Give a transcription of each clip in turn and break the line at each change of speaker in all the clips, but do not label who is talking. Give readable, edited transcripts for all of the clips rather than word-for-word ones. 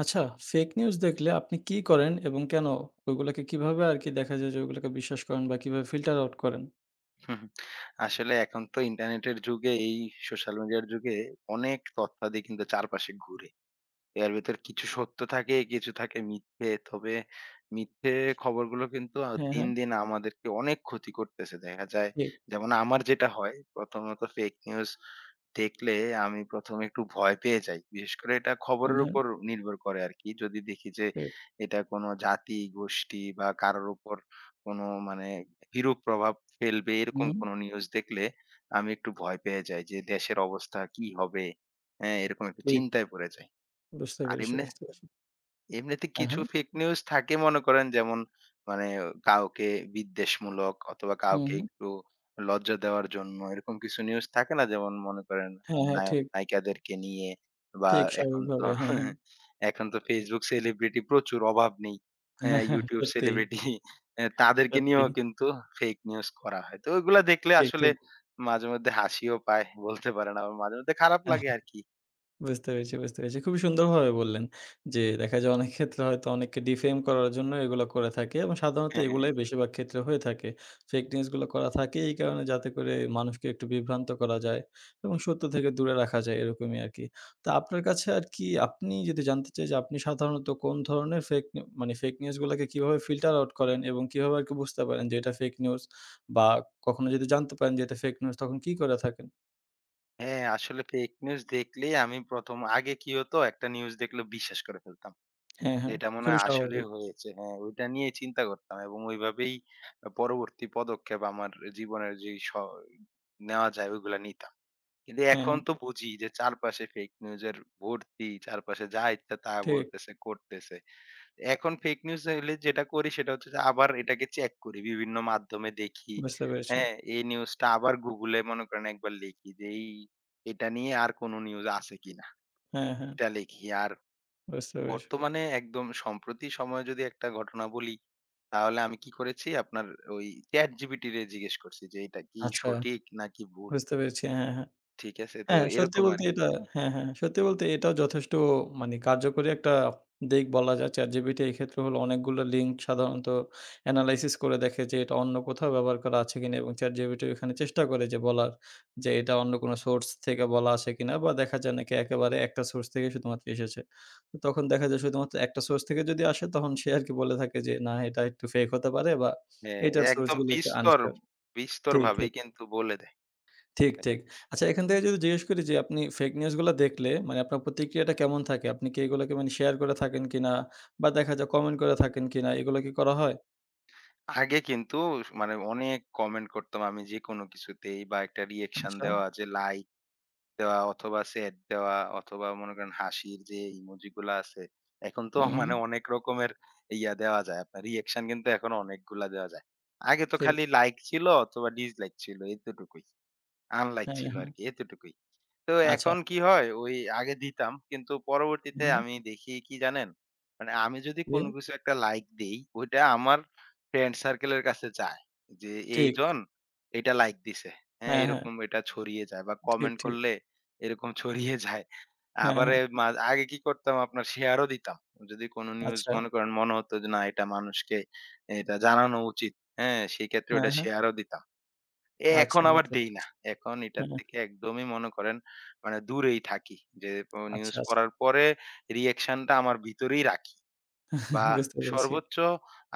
আচ্ছা, fake news দেখলে আপনি কি করেন এবং কেন? ওগুলাকে কিভাবে আরকি দেখা যায় যে ওগুলাকে বিশ্বাস করেন বা কিভাবে ফিল্টার আউট করেন?
হুম, হুম। আসলে এখন তো ইন্টারনেটের যুগে এই সোশ্যাল মিডিয়ার যুগে অনেক তথ্যাদি কিন্তু চারপাশে ঘুরে। এর ভেতর কিছু সত্য থাকে, কিছু থাকে মিথ্যে। তবে মিথ্যে খবরগুলো কিন্তু
হ্যাঁ,
দিন,
হ্যাঁ,
দিন আমাদেরকে অনেক ক্ষতি করতেছে। দেখা যায়
ঠিক।
যেমন আমার যেটা হয় প্রথমত ফেক নিউজ দেখলে আমি ১ম এ একটু ভয় পেয়ে যাই। বিশেষ করে এটা
হ্যাঁ,
খবরের
হ্যাঁ,
উপর নির্ভর করে আরকি। যদি দেখি যে
ঠিক।
এটা কোনো জাতি, গোষ্ঠী বা কারোর উপর কোনো মানে বিরূপ প্রভাব ফেলবে এরকম
হুম,
কোনো নিউজ দেখলে আমি একটু ভয় পেয়ে যাই যে দেশের অবস্থা কি হবে? হ্যাঁ, এরকম একটু
ঠিক।
চিন্তায় পড়ে যাই।
বুঝতে
আর
পেরেছি, বুঝতে পেরেছি।
এমনিতে
হ্যাঁ,
কিছু
হ্যাঁ।
ফেক নিউজ থাকে মনে করেন যেমন মানে কাউকে বিদ্বেষমূলক অথবা
হুম,
কাউকে
হুম।
একটু লজ্জা দেওয়ার জন্য এরকম কিছু নিউজ থাকে না যেমন মনে করেন
হ্যাঁ, হ্যাঁ,
নায়ক
ঠিক,
নায়িকাদেরকে নিয়ে বা
ঠিক
এখন তো
স্বাভাবিকভাবে। হ্যাঁ, হ্যাঁ।
এখন তো ফেসবুক সেলিব্রিটি প্রচুর অভাব নেই
হ্যাঁ,
হ্যাঁ
হ্যাঁ,
ইউটিউব
সত্যিই,
সেলিব্রিটি তাদেরকে নিয়েও
সত্যিই।
কিন্তু ফেক নিউজ করা হয় তো ওইগুলা দেখলে
ঠিক,
আসলে
ঠিক।
মাঝে মধ্যে হাসিও পায় বলতে পারেন আবার মাঝে মধ্যে খারাপ লাগে আর কি
বুঝতে পেরেছি, বুঝতে পেরেছি। খুবই সুন্দরভাবে বললেন যে দেখা যায় অনেক ক্ষেত্রে হয়তো অনেককে ডিফেম করার জন্য এগুলো করে থাকে এবং সাধারণত
হ্যাঁ
এগুলাই বেশিরভাগ ক্ষেত্রে হয়ে থাকে। ফেক নিউজ গুলো করা থাকে এই কারণে যাতে করে মানুষকে একটু বিভ্রান্ত করা যায় এবং সত্য থেকে দূরে রাখা যায় এরকমই আরকি। তো আপনার কাছে আর কি আপনি যদি জানতে চাই যে আপনি সাধারণত কোন ধরনের ফেক নিউজ গুলাকে কিভাবে ফিল্টার আউট করেন এবং কিভাবে আরকি বুঝতে পারেন যে এটা ফেক নিউজ বা কখনো যদি জানতে পারেন যে এটা ফেক নিউজ তখন কি করে থাকেন?
হ্যাঁ, আসলে ফেক নিউজ দেখলেই আমি ১ম আগে কি হতো একটা নিউজ দেখলে বিশ্বাস করে ফেলতাম।
হ্যাঁ,
যে
হ্যাঁ।
এটা মনে
খুবই
হয় আসলেই
স্বাভাবিক।
হয়েছে। হ্যাঁ, ওইটা নিয়ে চিন্তা করতাম এবং ওইভাবেই পরবর্তী পদক্ষেপ আমার জীবনের যেই নেওয়া যায় ওইগুলা নিতাম। কিন্তু
হ্যাঁ,
এখন
হ্যাঁ।
তো বুঝি যে চারপাশে ফেক নিউজের ভর্তি, চারপাশে যা ইচ্ছা তা
ঠিক।
বলতেছে, করতেছে। এখন ফেক নিউজ হইলে যেটা করি সেটা হচ্ছে যে আবার এটাকে চেক করি। বিভিন্ন মাধ্যমে দেখি।
বুঝতে পেরেছি।
হ্যাঁ? এই নিউজটা আবার গুগলে মনে করেন একবার লিখি যে এই এটা নিয়ে আর কোনো নিউজ আছে কিনা?
হ্যাঁ, হ্যাঁ,
এটা লিখি। আর
বুঝতে পেরেছি।
বর্তমানে একদম সম্প্রতি সময়ে যদি একটা ঘটনা বলি, তাহলে আমি কি করেছি আপনার ওই ChatGPT রে জিজ্ঞেস করছি যে এটা কি
আচ্ছা,
সঠিক নাকি ভুল?
বুঝতে পেরেছি। হ্যাঁ, হ্যাঁ।
ঠিক আছে? তো
হ্যাঁ, সত্যি
এরকম
বলতে
আরকি।
এটা হ্যাঁ, হ্যাঁ। সত্যি বলতে এটাও যথেষ্ট মানে কার্যকরী একটা দিক বলা যায়। ChatGPT এই ক্ষেত্রে হলো অনেকগুলো লিঙ্ক সাধারণত এনালাইসিস করে দেখে যে এটা অন্য কোথাও ব্যবহার করা আছে কিনা এবং ChatGPT ওখানে চেষ্টা করে যে বলার যে এটা অন্য কোনো সোর্স থেকে বলা আছে কিনা বা দেখা যায় নাকি একেবারে একটা সোর্স থেকে শুধুমাত্র এসেছে। তো তখন দেখা যায় শুধুমাত্র একটা সোর্স থেকে যদি আসে তখন সে আরকি বলে থাকে যে না এটা একটু ফেক হতে পারে বা
হ্যাঁ,
এটার সোর্স
একদম
গুলো একটু আনসিওর। ঠিক, ঠিক।
বিস্তরভাবেই কিন্তু বলে দেয়।
ঠিক, ঠিক। আচ্ছা এখান থেকে যদি জিজ্ঞেস করি যে আপনি ফেক নিউজ গুলা দেখলে মানে আপনার প্রতিক্রিয়াটা কেমন থাকে? আপনি কি এগুলাকে মানে শেয়ার করে থাকেন কিনা? বা দেখা যায় কমেন্ট করে থাকেন কিনা? এগুলো কি করা হয়?
আগে কিন্তু স মানে অনেক কমেন্ট করতাম আমি যেকোনো কিছুতেই বা একটা রিঅ্যাকশন
আচ্ছা।
দেওয়া যে লাইক দেওয়া অথবা সেড দেওয়া অথবা মনে করেন হাসির যে ইমোজি গুলা আছে, এখন তো
হুম, হুম।
অনেক রকমের ইয়া দেওয়া যায় আপনার রিঅ্যাকশন কিন্তু এখন অনেকগুলা দেওয়া যায়। আগে তো
ঠিক।
খালি লাইক ছিল অথবা ডিসলাইক ছিল এতটুকুই। আনলাইক
হ্যাঁ,
ছিল
হ্যাঁ।
আরকি এতটুকুই। তো
হ্যাঁ, আচ্ছা।
এখন কি হয় ওই আগে দিতাম কিন্তু পরবর্তীতে
হ্যাঁ,
আমি দেখি কি জানেন? মানে আমি যদি
দিয়ে
কোনো কিছু একটা লাইক দেই ওইটা আমার ফ্রেন্ড সার্কেলের কাছে যায়। যে
ঠিক।
এইজন এটা লাইক দিছে। হ্যাঁ,
হ্যাঁ, হ্যাঁ।
এরকম এটা ছড়িয়ে যায় বা
ঠিক,
কমেন্ট
ঠিক।
করলে এরকম ছড়িয়ে যায়।
হ্যাঁ,
আবার
হ্যাঁ।
এ মা আগে কি করতাম আপনার শেয়ারও দিতাম। যদি কোনো নিউজ
আচ্ছা।
মনে করেন মনে হতো যে না এটা মানুষকে এটা জানানো উচিত। হ্যাঁ, সেক্ষেত্রে
হ্যাঁ,
ওটা
হ্যাঁ।
শেয়ারও দিতাম।
আচ্ছা
এখন আবার
বুঝতে
দেই না।
পেরেছি।
এখন এটার
হ্যাঁ,
থেকে একদমই মনে করেন মানে দূরেই থাকি। যে ও
আচ্ছা,
নিউজ
আচ্ছা।
পড়ার পরে রিঅ্যাকশনটা আমার ভিতরেই রাখি। বা
বুঝতে পেরেছি।
সর্বোচ্চ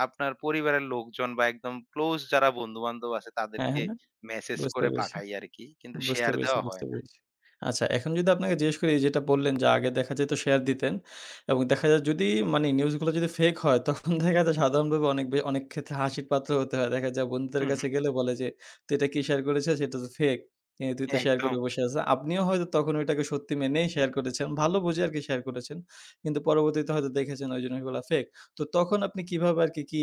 আপনার পরিবারের লোকজন বা একদম ক্লোজ যারা বন্ধু-বান্ধব আছে
হ্যাঁ,
তাদেরকে
হ্যাঁ।
মেসেজ
বুঝতে
করে
পেরেছি।
পাঠাই আরকি। কিন্তু
বুঝতে
শেয়ার
পেরেছি,
দেওয়া
বুঝতে
হয় না।
পেরেছি। আচ্ছা এখন যদি আপনাকে জিজ্ঞেস করি এই যেটা বললেন যে আগে দেখা যেত শেয়ার দিতেন এবং দেখা যায় যদি মানে নিউজগুলো যদি ফেক হয় তখন দেখা যায় সাধারণভাবে অনেক ক্ষেত্রে হাসির পাত্র হতে হয়। দেখা যায় বন্ধুদের
হু, হু,
কাছে গেলে বলে যে, "তুই এটা কি শেয়ার করেছিস? সেটা তো ফেক। এ তুই তো শেয়ার করে
একদম।
বসে আছিস।" আপনিও হয়তো তখন ওইটাকে সত্যি মেনেই শেয়ার করেছেন। ভালো বুঝে আরকি শেয়ার করেছেন। কিন্তু পরবর্তীতে হয়তো দেখেছেন ওই জিনিসগুলা ফেক। তো তখন আপনি কিভাবে আরকি কি কি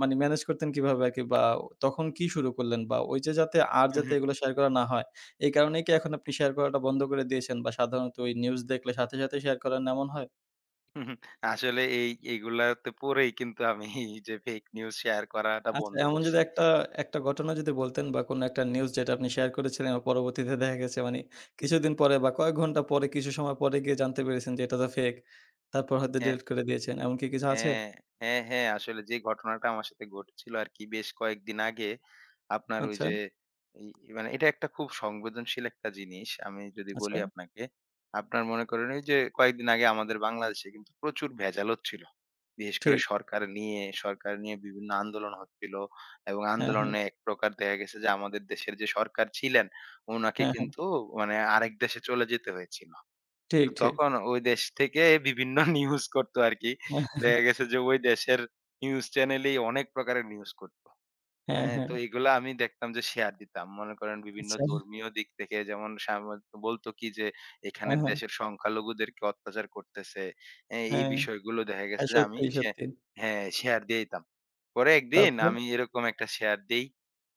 মানে ম্যানেজ করতেন কিভাবে আরকি বা তখন কি শুরু করলেন? বা ওই যে যাতে আর
হু,
যাতে
হু,
এগুলো শেয়ার করা না হয় এই কারণেই কি এখন আপনি শেয়ার করাটা বন্ধ করে দিয়েছেন? বা সাধারণত ওই নিউজ দেখলে সাথে, সাথে শেয়ার করেন এমন হয়?
হু, হু। আসলে এই এগুলাতে পড়েই কিন্তু আমি এই যে ফেক নিউজ শেয়ার করাটা
আচ্ছা
বন্ধ
এমন যদি
করছি।
একটা, একটা ঘটনা যদি বলতেন বা কোনো একটা নিউজ যেটা আপনি শেয়ার করেছিলেন আর পরবর্তীতে দেখা গেছে মানে কিছুদিন পরে বা কয়েক ঘন্টা পরে কিছু সময় পরে গিয়ে জানতে পেরেছেন যে এটা তো ফেক। তারপর হয়তো ডিলিট করে দিয়েছেন। এমন কি কিছু আছে?
হ্যাঁ, হ্যাঁ, হ্যাঁ। আসলে যে ঘটনাটা আমার সাথে ঘটেছিল আরকি বেশ কয়েকদিন আগে আপনার ওই
আচ্ছা,
যে এই এটা একটা খুব সংবেদনশীল একটা জিনিস। আমি যদি
আচ্ছা।
বলি আপনাকে, আপনার মনে করেন ওই যে কয়েকদিন আগে আমাদের বাংলাদেশে কিন্তু প্রচুর ভেজাল হচ্ছিল। বিশেষ করে
ঠিক।
সরকার নিয়ে বিভিন্ন আন্দোলন হচ্ছিল এবং
হ্যাঁ, হ্যাঁ।
আন্দোলনে এক প্রকার দেখা গেছে যে আমাদের দেশের যে সরকার ছিলেন উনাকে
হ্যাঁ, হ্যাঁ।
কিন্তু আরেক দেশে চলে যেতে হয়েছিল।
ঠিক,
তো
ঠিক।
তখন ওই দেশ থেকে বিভিন্ন নিউজ করতো আরকি। দেখা গেছে যে ওই দেশের নিউজ চ্যানেলেই অনেক প্রকারের নিউজ করত।
হ্যাঁ,
হ্যাঁ,
হ্যাঁ। হ্যাঁ
তো এগুলা আমি দেখতাম যে শেয়ার দিতাম। মনে করেন বিভিন্ন
আচ্ছা।
ধর্মীয় দিক থেকে যেমন বলতো কি যে
হ্যাঁ,
এখানের
হ্যাঁ।
দেশের সংখ্যালঘুদেরকে অত্যাচার করতেছে। হ্যাঁ, এই
হ্যাঁ।
বিষয়গুলো দেখা গেছে
হ্যাঁ,
যে আমি
সত্যি, সত্যি।
হ্যাঁ, শেয়ার দিয়ে দিতাম। পরে একদিন
তারপর?
আমি এরকম একটা শেয়ার দেই।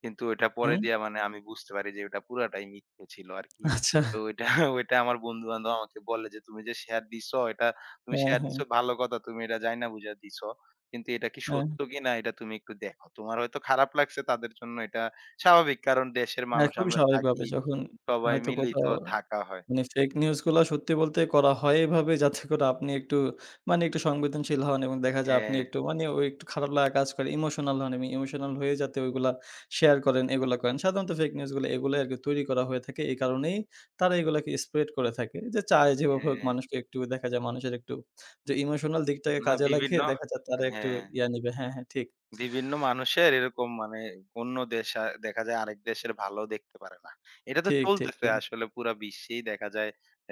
কিন্তু ওইটা পরে
হুম?
দিয়া আমি বুঝতে পারি যে ওটা পুরাটাই মিথ্যে ছিল আরকি।
আচ্ছা।
তো ওইটা ওইটা আমার বন্ধু-বান্ধব আমাকে বলে যে, "তুমি যে শেয়ার দিছো এটা তুমি
হ্যাঁ,
শেয়ার
হ্যাঁ।
দিছো ভালো কথা। তুমি এটা জাইনা বুইঝা দিছো।" কিন্তু এটা কি
হ্যাঁ।
সত্য কিনা এটা তুমি একটু দেখো। তোমার হয়তো খারাপ লাগছে তাদের জন্য এটা স্বাভাবিক। কারণ দেশের
হ্যাঁ,
মানুষ
খুবই
আমরা
স্বাভাবিকভাবে
থাকি।
যখন
সবাই
হয়তো
মিলেই
কোথাও
তো থাকা হয়।
মানে ফেক নিউজ গুলা সত্যি বলতে করা হয় এভাবে যাতে করে আপনি একটু মানে একটু সংবেদনশীল হন এবং দেখা যায় আপনি
হ্যাঁ,
একটু মানে ওই একটু খারাপ লাগা কাজ করে ইমোশনাল হন এবং ইমোশনাল হয়ে যাতে ওইগুলা শেয়ার করেন এগুলা করেন। সাধারণত ফেক নিউজ গুলো এগুলাই আরকি তৈরি করা হয়ে থাকে। এই কারণেই তারা এগুলাকে স্প্রেড করে থাকে। যে চায় যেভাবে হোক
হ্যাঁ।
মানুষকে একটু দেখা যায় মানুষের একটু যে ইমোশনাল দিকটাকে
না
কাজে লাগিয়ে
বিভিন্ন
দেখা যায় তারা একটু
হ্যাঁ।
ইয়া নিবে। হ্যাঁ, হ্যাঁ ঠিক,
বিভিন্ন মানুষের এরকম অন্য দেশ দেখা যায় আরেক দেশের ভালো দেখতে পারে না। এটা তো
ঠিক, ঠিক,
চলতেছে
ঠিক,
আসলে পুরা বিশ্বেই দেখা যায়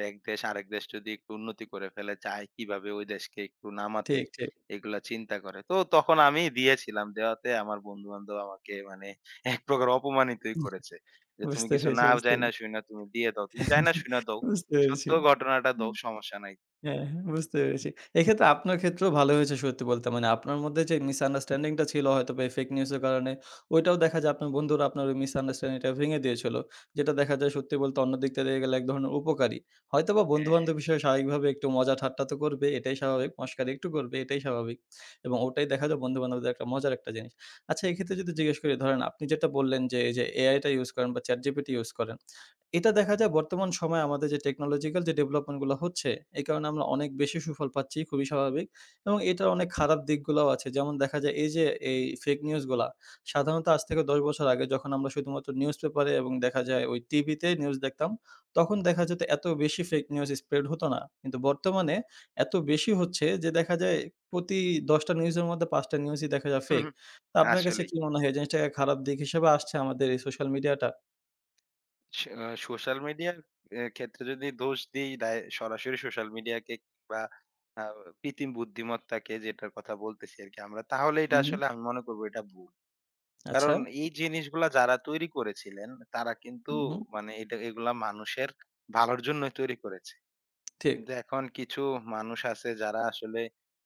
এক দেশ আরেক দেশ যদি একটু উন্নতি করে ফেলে চায় কিভাবে ওই দেশকে একটু নামাতে
ঠিক, ঠিক।
এগুলা চিন্তা করে। তো তখন আমি দিয়েছিলাম। দেওয়াতে আমার বন্ধু-বান্ধব আমাকে এক প্রকার অপমানিতই করেছে। যে তুমি
বুঝতে
কিছু
পেরেছি,
না
বুঝতে
জাইনা
পেরেছি।
শুইনা তুমি দিয়ে দাও। তুমি জাইনা শুইনা দাও।
বুঝতে
সত্য
পেরেছি।
ঘটনাটা দাও সমস্যা নাই।
হ্যাঁ, হ্যাঁ, বুঝতে পেরেছি। এক্ষেত্রে আপনার ক্ষেত্রেও ভালো হয়েছে সত্যি বলতে। মানে আপনার মধ্যে যে মিসআন্ডারস্ট্যান্ডিং টা ছিল হয়তোবা এই ফেক নিউজ এর কারণে, ওইটাও দেখা যায় আপনার বন্ধুরা আপনার ওই মিসআন্ডারস্ট্যান্ডিং টা ভেঙে দিয়েছিল। যেটা দেখা যায় সত্যি বলতে অন্য দিক থেকে গেলে এক ধরনের উপকারী। হয়তোবা
হ্যাঁ,
বন্ধু-বান্ধব হিসেবে স্বাভাবিকভাবে একটু মজা ঠাট্টা তো করবে, এটাই স্বাভাবিক। মশকারি একটু করবে, এটাই স্বাভাবিক। এবং ওটাই দেখা যায় বন্ধু-বান্ধবদের একটা মজার একটা জিনিস। আচ্ছা এক্ষেত্রে যদি জিজ্ঞেস করি ধরেন আপনি যেটা বললেন যে এই যে এআই টা ইউস করেন বা ChatGPT ইউস করেন। এটা দেখা যায় বর্তমান সময়ে আমাদের যে টেকনোলজিক্যাল যে ডেভেলপমেন্ট গুলো হচ্ছে, এই কারণে আমরা অনেক বেশি সুফল পাচ্ছি, খুবই স্বাভাবিক। এবং এটার অনেক খারাপ দিকগুলাও আছে। যেমন দেখা যায় এই যে এই ফেক নিউজ গুলা সাধারণত আজ থেকে ১০ বছর আগে যখন আমরা শুধুমাত্র নিউজপেপারে এবং দেখা যায় ওই টিভিতে নিউজ দেখতাম, তখন দেখা যেত এত বেশি ফেক নিউজ স্প্রেড হতো না। কিন্তু বর্তমানে এত বেশি হচ্ছে যে দেখা যায় প্রতি ১০ টা নিউজের মধ্যে ৫ টা নিউজই দেখা যায় ফেক। তো আপনার কাছে
আসলেই।
কি মনে হয় এই জিনিসটাকে খারাপ দিক হিসেবে আসছে আমাদের এই সোশ্যাল মিডিয়াটা?
স আ সোশ্যাল মিডিয়ার এ ক্ষেত্রে যদি দোষ দিই দায় সরাসরি সোশ্যাল মিডিয়াকে বা আ কৃত্রিম বুদ্ধিমত্তাকে যেটার কথা বলতেছি আরকি আমরা, তাহলে এটা
উহু,
আসলে আমি মনে করব এটা ভুল।
আচ্ছা।
কারণ এই জিনিসগুলা যারা তৈরি করেছিলেন তারা কিন্তু
হুম, হুম।
মানে এটা এগুলা মানুষের ভালোর জন্যই তৈরি করেছে।
ঠিক,
কিন্তু এখন কিছু মানুষ আছে যারা আসলে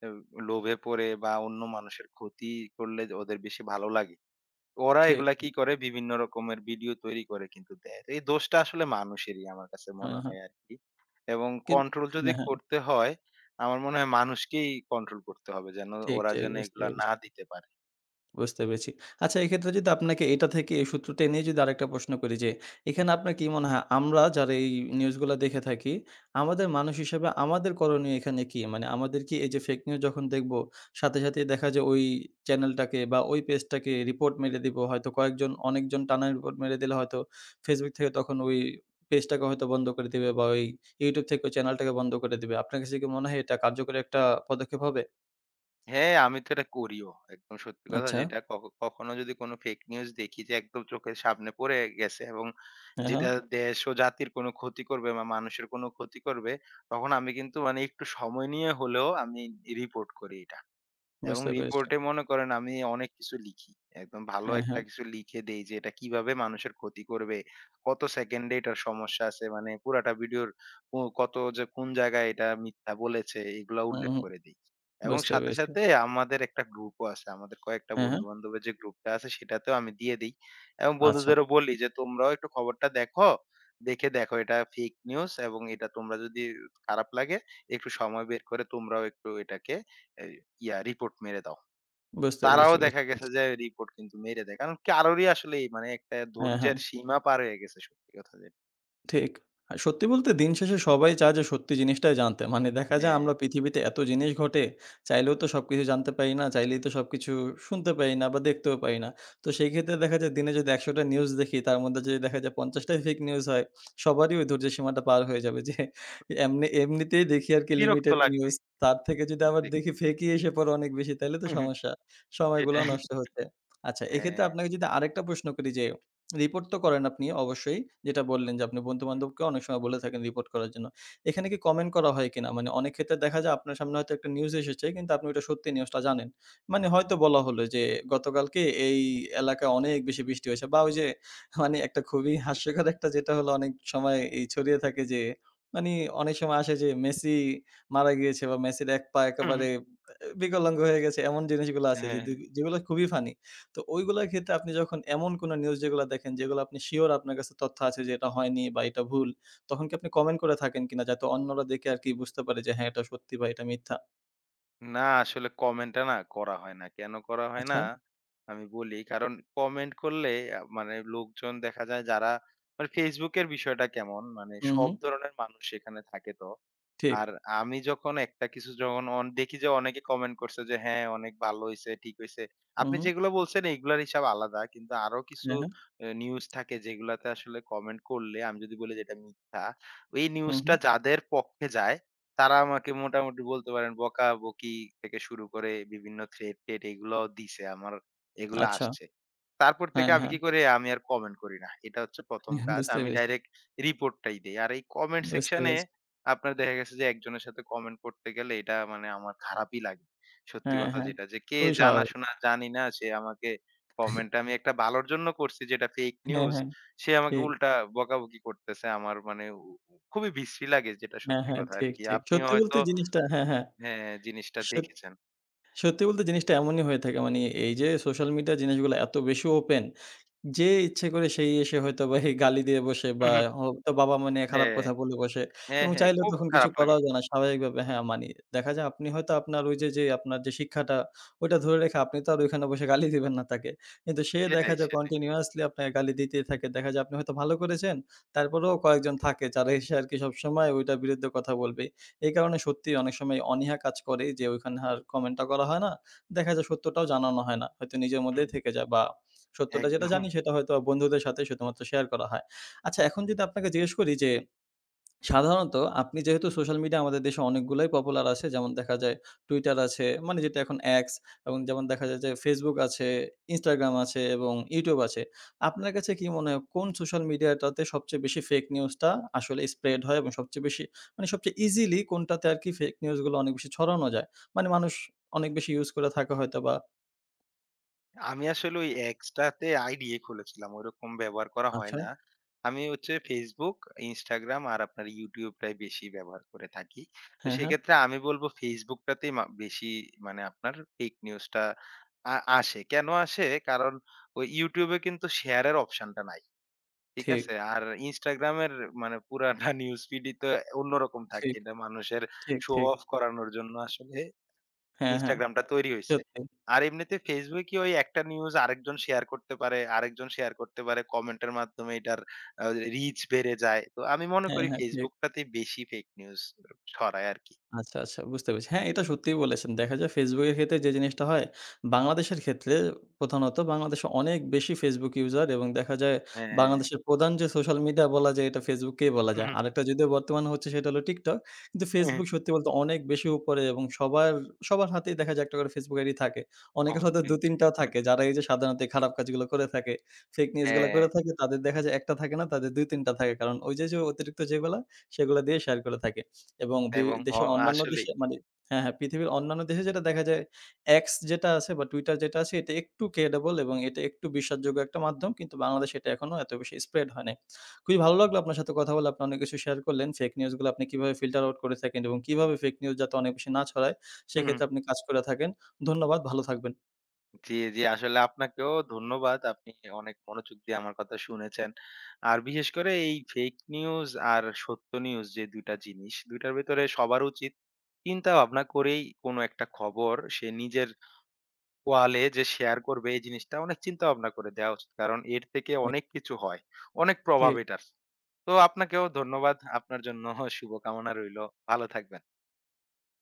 এ লোভে পড়ে বা অন্য মানুষের ক্ষতি করলে ওদের বেশি ভালো লাগে। ওরা
ঠিক,
এগুলা
ঠিক।
কি করে বিভিন্ন রকমের ভিডিও তৈরি করে কিন্তু দেয়। তো এই দোষটা আসলে মানুষেরই আমার কাছে
হ্যাঁ,
মনে
হ্যাঁ।
হয় আরকি। এবং
কিন
কন্ট্রোল যদি
হ্যাঁ, হ্যাঁ।
করতে হয়, আমার মনে হয় মানুষকেই কন্ট্রোল করতে হবে
ঠিক,
ওরা
ঠিক
যেন
বুঝতে
এগুলা
পেরেছি।
না দিতে পারে।
বুঝতে পেরেছি। আচ্ছা এক্ষেত্রে যদি আপনাকে এটা থেকে এই সূত্র টেনে যদি আরেকটা প্রশ্ন করি যে, এখানে আপনার কি মনে হয় আমরা যারা এই নিউজগুলা দেখে থাকি, আমাদের মানুষ হিসেবে আমাদের করণীয় এখানে কি? মানে আমাদের কি এই যে ফেক নিউজ যখন দেখব, সাথে, সাথেই দেখা যায় ওই চ্যানেলটাকে বা ওই পেজটাকে রিপোর্ট মেরে দিব। হয়তো কয়েকজন অনেকজন টানা রিপোর্ট মেরে দিলে হয়তো Facebook থেকে তখন ওই পেজটাকে হয়তো বন্ধ করে দিবে বা ওই YouTube থেকে ওই চ্যানেলটাকে বন্ধ করে দিবে। আপনার কাছে কি মনে হয় এটা কার্যকরী একটা পদক্ষেপ হবে?
হ্যাঁ, আমি তো এটা করিও। একদম সত্যি কথা
আচ্ছা।
যেটা কখনো যদি কোনো ফেক নিউজ দেখি যে একদম চোখের সামনে পড়ে গেছে এবং
হ্যাঁ, হ্যাঁ।
যেটা দেশ ও জাতির কোনো ক্ষতি করবে বা মানুষের কোনো ক্ষতি করবে, তখন আমি কিন্তু একটু সময় নিয়ে হলেও আমি রিপোর্ট করি এটা। এবং
বুঝতে পেরেছি।
রিপোর্টে মনে করেন আমি অনেক কিছু লিখি। একদম ভালো
হ্যাঁ,
একটা
হ্যাঁ।
কিছু লিখে দেই যে এটা কিভাবে মানুষের ক্ষতি করবে, কত সেকেন্ডে এটার সমস্যা আছে পুরাটা ভিডিওর কত যে কোন জায়গায় এটা মিথ্যা বলেছে এগুলা
হুম,
উল্লেখ
হুম।
করে দেই। এবং
বুঝতে
সাথে,
পেরেছি।
সাথে আমাদের একটা গ্রুপও আছে। আমাদের কয়েকটা
হ্যাঁ, হ্যাঁ।
বন্ধু-বান্ধবের যে গ্রুপটা আছে সেটাতেও আমি দিয়ে দেই। এবং
আচ্ছা।
বন্ধুদেরও বলি যে তোমরাও একটু খবরটা দেখো। দেখে দেখো এটা ফেক নিউজ এবং এটা তোমরা যদি খারাপ লাগে একটু সময় বের করে তোমরাও একটু এটাকে এই ইয়া রিপোর্ট মেরে দাও।
বুঝতে পেরেছি,
তারাও দেখা
বুঝতে
গেছে
পেরেছি।
যে রিপোর্ট কিন্তু মেরে দেয়। কারণ কারোরই আসলে এই একটা
হ্যাঁ, হ্যাঁ।
ধৈর্যের সীমা পার হয়ে গেছে সত্যি কথা যেটা।
ঠিক। আর সত্যি বলতে দিন শেষে সবাই চায় যে সত্যি জিনিসটাই জানতে। মানে দেখা যায়
হ্যাঁ,
আমরা পৃথিবীতে এত জিনিস ঘটে, চাইলেও তো সবকিছু জানতে পারি না, চাইলেই তো সবকিছু শুনতে পারি না বা দেখতেও পারি না। তো সেই ক্ষেত্রে দেখা যায় দিনে যদি ১০০ টা নিউজ দেখি তার মধ্যে যদি দেখা যায় ৫০ টাই ফেক নিউজ হয়, সবারই ওই ধৈর্যের সীমাটা পার হয়ে যাবে যে এমনি এমনিতেই দেখি আরকি
বিরক্ত
লিমিটেড
লাগবে
নিউজ। তার থেকে যদি আবার
দেখতে।
দেখি ফেকই এসে পড়ে অনেক বেশি তাইলে তো
হুম, হুম,
সমস্যা। সময়গুলাও
সেটাই।
নষ্ট হচ্ছে। আচ্ছা এক্ষেত্রে
হ্যাঁ।
আপনাকে যদি আরেকটা প্রশ্ন করি যে রিপোর্ট তো করেন আপনি অবশ্যই। যেটা বললেন যে আপনি বন্ধু-বান্ধবকে অনেক সময় বলে থাকেন রিপোর্ট করার জন্য। এখানে কি কমেন্ট করা হয় কিনা? মানে অনেক ক্ষেত্রে দেখা যায় আপনার সামনে হয়তো একটা নিউজ এসেছে কিন্তু আপনি ওটা সত্যি নিউজটা জানেন। মানে হয়তো বলা হলো যে গতকালকে এই এলাকায় অনেক বেশি বৃষ্টি হয়েছে বা ওই যে মানে একটা খুবই হাস্যকর একটা যেটা হলো অনেক সময় এই ছড়িয়ে থাকে যে মানে অনেক সময় আসে যে মেসি মারা গিয়েছে বা মেসির এক পা
হুম, হুম।
একেবারে আ বিকলাঙ্গ হয়ে গেছে এমন জিনিসগুলো আছে যে
হ্যাঁ।
যেগুলো খুবই ফানি। তো ওইগুলার ক্ষেত্রে আপনি যখন এমন কোনো নিউজ যেগুলা দেখেন, যেগুলো আপনি সিউর আপনার কাছে তথ্য আছে যে এটা হয়নি বা এটা ভুল, তখন কি আপনি কমেন্ট করে থাকেন কিনা? যাতে অন্যরা দেখে আরকি বুঝতে পারে যে হ্যাঁ, এটা সত্যি বা এটা মিথ্যা।
না আসলে কমেন্টটা না করা হয় না। কেন করা হয়
আচ্ছা।
না? আমি বলি কারণ কমেন্ট করলে আ মানে লোকজন দেখা যায় যারা Facebook এর বিষয়টা কেমন
হুম,
সব
হুম।
ধরনের মানুষ সেখানে থাকে তো।
ঠিক।
আর আমি যখন একটা কিছু যখন দেখি যে অনেকে কমেন্ট করছে যে, "হ্যাঁ, অনেক ভালো হইছে, ঠিক হইছে।"
হুম,
আপনি
হুম।
যেগুলো বলছেন এগুলার হিসাব আলাদা। কিন্তু আরো কিছু
হ্যাঁ, হ্যাঁ।
নিউজ থাকে যেগুলাতে আসলে কমেন্ট করলে আমি যদি বলি যে এটা মিথ্যা, এই
হুম, হুম।
নিউজটা যাদের পক্ষে যায় তারা আমাকে মোটামুটি বলতে পারেন বকাবকি থেকে শুরু করে বিভিন্ন থ্রেড টেড এগুলাও দিছে আমার এগুলা
আচ্ছা।
আসছে। তারপর
হ্যাঁ,
থেকে আমি
হ্যাঁ।
কি করি আমি আর কমেন্ট করি না। এটা হচ্ছে ১ম কাজ।
বুঝতে
আমি
পেরেছি,
ডাইরেক্ট রিপোর্টটাই দেই। আর এই কমেন্ট
বুঝতে
সেকশন এ
পেরেছি।
আপনার দেখা গেছে যে একজনের সাথে কমেন্ট করতে গেলে এটা আমার খারাপই লাগে। সত্যি
হ্যাঁ,
কথা
হ্যাঁ।
যেটা যে কে
খুবই স্বাভাবিক।
জানাশোনা জানি না সে আমাকে কমেন্ট আমি একটা ভালোর জন্য করছি যেটা ফেক
হ্যাঁ,
নিউজ।
হ্যাঁ।
সে আমাকে
ঠিক।
উল্টা বকাবকি করতেছে। আমার মানে উ উ খুবই বিশ্রী লাগে যেটা
হ্যাঁ,
সত্যি
হ্যাঁ।
কথা
ঠিক,
আরকি।
ঠিক।
আপনিও
সত্যি বলতে
হয়তো
জিনিসটা হ্যাঁ, হ্যাঁ।
হ্যাঁ, জিনিসটা
সত
দেখেছেন।
সত্যি বলতে জিনিসটা এমনই হয়ে থাকে। মানে এই যে সোশ্যাল মিডিয়া জিনিসগুলো এত বেশি ওপেন যে ইচ্ছে করে সেই এসে হয়তোবা এই গালি দিয়ে বসে বা
হু, হু।
হয়তো বাবা-মা নিয়ে খারাপ
হ্যাঁ,
কথা বলে বসে
হ্যাঁ,
এবং
হ্যাঁ
চাইলে
খুব
তখন কিছু
খারাপ লাগে।
করাও যায় না স্বাভাবিকভাবে হ্যাঁ, মানি। দেখা যায় আপনি হয়তো আপনার ওই যে, যে আপনার যে শিক্ষাটা ওইটা ধরে রেখে আপনি তো আর ওইখানে বসে গালি দিবেন না তাকে। কিন্তু সে দেখা
সেটাই,
যায়
সেটাই।
কন্টিনিউয়াসলি আপনাকে গালি দিতেই থাকে। দেখা যায় আপনি হয়তো ভালো করেছেন, তারপরেও কয়েকজন থাকে যারা এসে আরকি সবসময় ওইটার বিরুদ্ধে কথা বলবে। এই কারণে সত্যিই অনেক সময় অনীহা কাজ করে যে ওইখানে আর কমেন্টটা করা হয় না। দেখা যায় সত্যটাও জানানো হয় না। হয়তো নিজের মধ্যেই
হুম,
থেকে যায় বা সত্যটা যেটা
একদম।
জানি সেটা হয়তো বন্ধুদের সাথে শুধুমাত্র শেয়ার করা হয়। আচ্ছা এখন যদি আপনাকে জিজ্ঞেস করি যে সাধারণত আপনি যেহেতু সোশ্যাল মিডিয়া আমাদের দেশে অনেকগুলাই পপুলার আছে যেমন দেখা যায় Twitter আছে মানে যেটা এখন X এবং যেমন দেখা যায় যে Facebook আছে, Instagram আছে এবং YouTube আছে। আপনার কাছে কি মনে হয় কোন সোশ্যাল মিডিয়াটাতে সবচেয়ে বেশি ফেক নিউজটা আসলে স্প্রেড হয় এবং সবচেয়ে বেশি মানে সবচেয়ে ইজিলি কোনটাতে আরকি ফেক নিউজ গুলো অনেক বেশি ছড়ানো যায়? মানে মানুষ অনেক বেশি ইউজ করে থাকে হয়তো বা
আমি আসলে ওই এক্সট্রাতে আইডি খুলেছিলাম। ওইরকম ব্যবহার করা হয়
আচ্ছা।
না। আমি হচ্ছে Facebook, Instagram আর আপনার YouTube টাই বেশি ব্যবহার করে থাকি। তো
হ্যাঁ, হ্যাঁ।
সেক্ষেত্রে আমি বলব Facebook টাতেই বেশি আপনার ফেক নিউজটা আসে। কেন আসে? কারণ ওই YouTube এ কিন্তু শেয়ারের অপশনটা নাই। ঠিক
ঠিক,
আছে? আর Instagram এর পুরাটা নিউজ ফিডই তো অন্যরকম থাকে।
ঠিক।
এটা মানুষের
ঠিক,
শো
ঠিক।
অফ করানোর জন্য আসলে
হ্যাঁ, হ্যাঁ।
Instagram টা তৈরি হইছে।
সত্যি।
আর এমনিতে Facebook এ ওই একটা নিউজ আরেকজন শেয়ার করতে পারে, আরেকজন শেয়ার করতে পারে। কমেন্টের মাধ্যমে এটার আ রিচ বেড়ে যায়। তো আমি মনে
হ্যাঁ,
করি
হ্যাঁ, ঠিক।
Facebook টাতে বেশি ফেক নিউজ ছড়ায় আরকি।
আচ্ছা, আচ্ছা বুঝতে পেরেছি। হ্যাঁ, এটা সত্যিই বলেছেন। দেখা যায় Facebook এর ক্ষেত্রে যে জিনিসটা হয়, বাংলাদেশের ক্ষেত্রে প্রধানত বাংলাদেশে অনেক বেশি Facebook ইউজার এবং দেখা যায়
হ্যাঁ,
বাংলাদেশের প্রধান যে সোশ্যাল মিডিয়া বলা যায় এটা Facebook-কেই বলা
হু,
যায়।
হু,
আরেকটা যদিও বর্তমানে হচ্ছে সেটা হলো TikTok। কিন্তু
হু, হু।
Facebook সত্যি বলতে অনেক বেশি উপরে এবং সবার, সবার হাতেই দেখা যায় একটা করে Facebook আইডি থাকে। অনেকের হয়তো
অবশ্যই।
২-৩ টাও থাকে যারা এই যে সাধারণত এই খারাপ কাজগুলো করে থাকে, ফেক নিউজ গুলো
হ্যাঁ,
করে থাকে তাদের দেখা যায় ১ টা থাকে না তাদের ২-৩ টা থাকে। কারণ ওই যে, যে অতিরিক্ত যেগুলা সেগুলা দিয়ে শেয়ার করে থাকে। এবং বি
এবং
দেশে অন্যান্য
আসলেই।
দেশে মানে হ্যাঁ, হ্যাঁ, পৃথিবীর অন্যান্য দেশে যেটা দেখা যায় X যেটা আছে বা Twitter যেটা আছে এটা একটু ক্রেডিবল এবং এটা একটু বিশ্বাসযোগ্য একটা মাধ্যম। কিন্তু বাংলাদেশে এটা এখনো এত বেশি স্প্রেড হয় নাই। খুবই ভালো লাগলো আপনার সাথে কথা বলে। আপনি অনেক কিছু শেয়ার করলেন। ফেক নিউজ গুলো আপনি কিভাবে ফিল্টার আউট করে থাকেন এবং কিভাবে ফেক নিউজ যাতে অনেক বেশি না ছড়ায়
হুম,
সেক্ষেত্রে আপনি কাজ করে থাকেন। ধন্যবাদ। ভালো থাকবেন।
জি, জি। আসলে আপনাকেও ধন্যবাদ। আপনি অনেক মনোযোগ দিয়ে আমার কথা শুনেছেন। আর বিশেষ করে এই ফেক নিউজ আর সত্য নিউজ যে ২ টা জিনিস, ২ টার ভেতরে সবার উচিত চিন্তা ভাবনা করেই কোনো একটা খবর সে নিজের ওয়ালে যে শেয়ার করবে এই জিনিসটা অনেক চিন্তা ভাবনা করে দেওয়া উচিত। কারণ এর থেকে
এ
অনেক কিছু হয়। অনেক
ঠিক
প্রভাব
আছে।
এটার। তো আপনাকেও ধন্যবাদ। আপনার জন্য শুভকামনা রইলো। ভালো থাকবেন।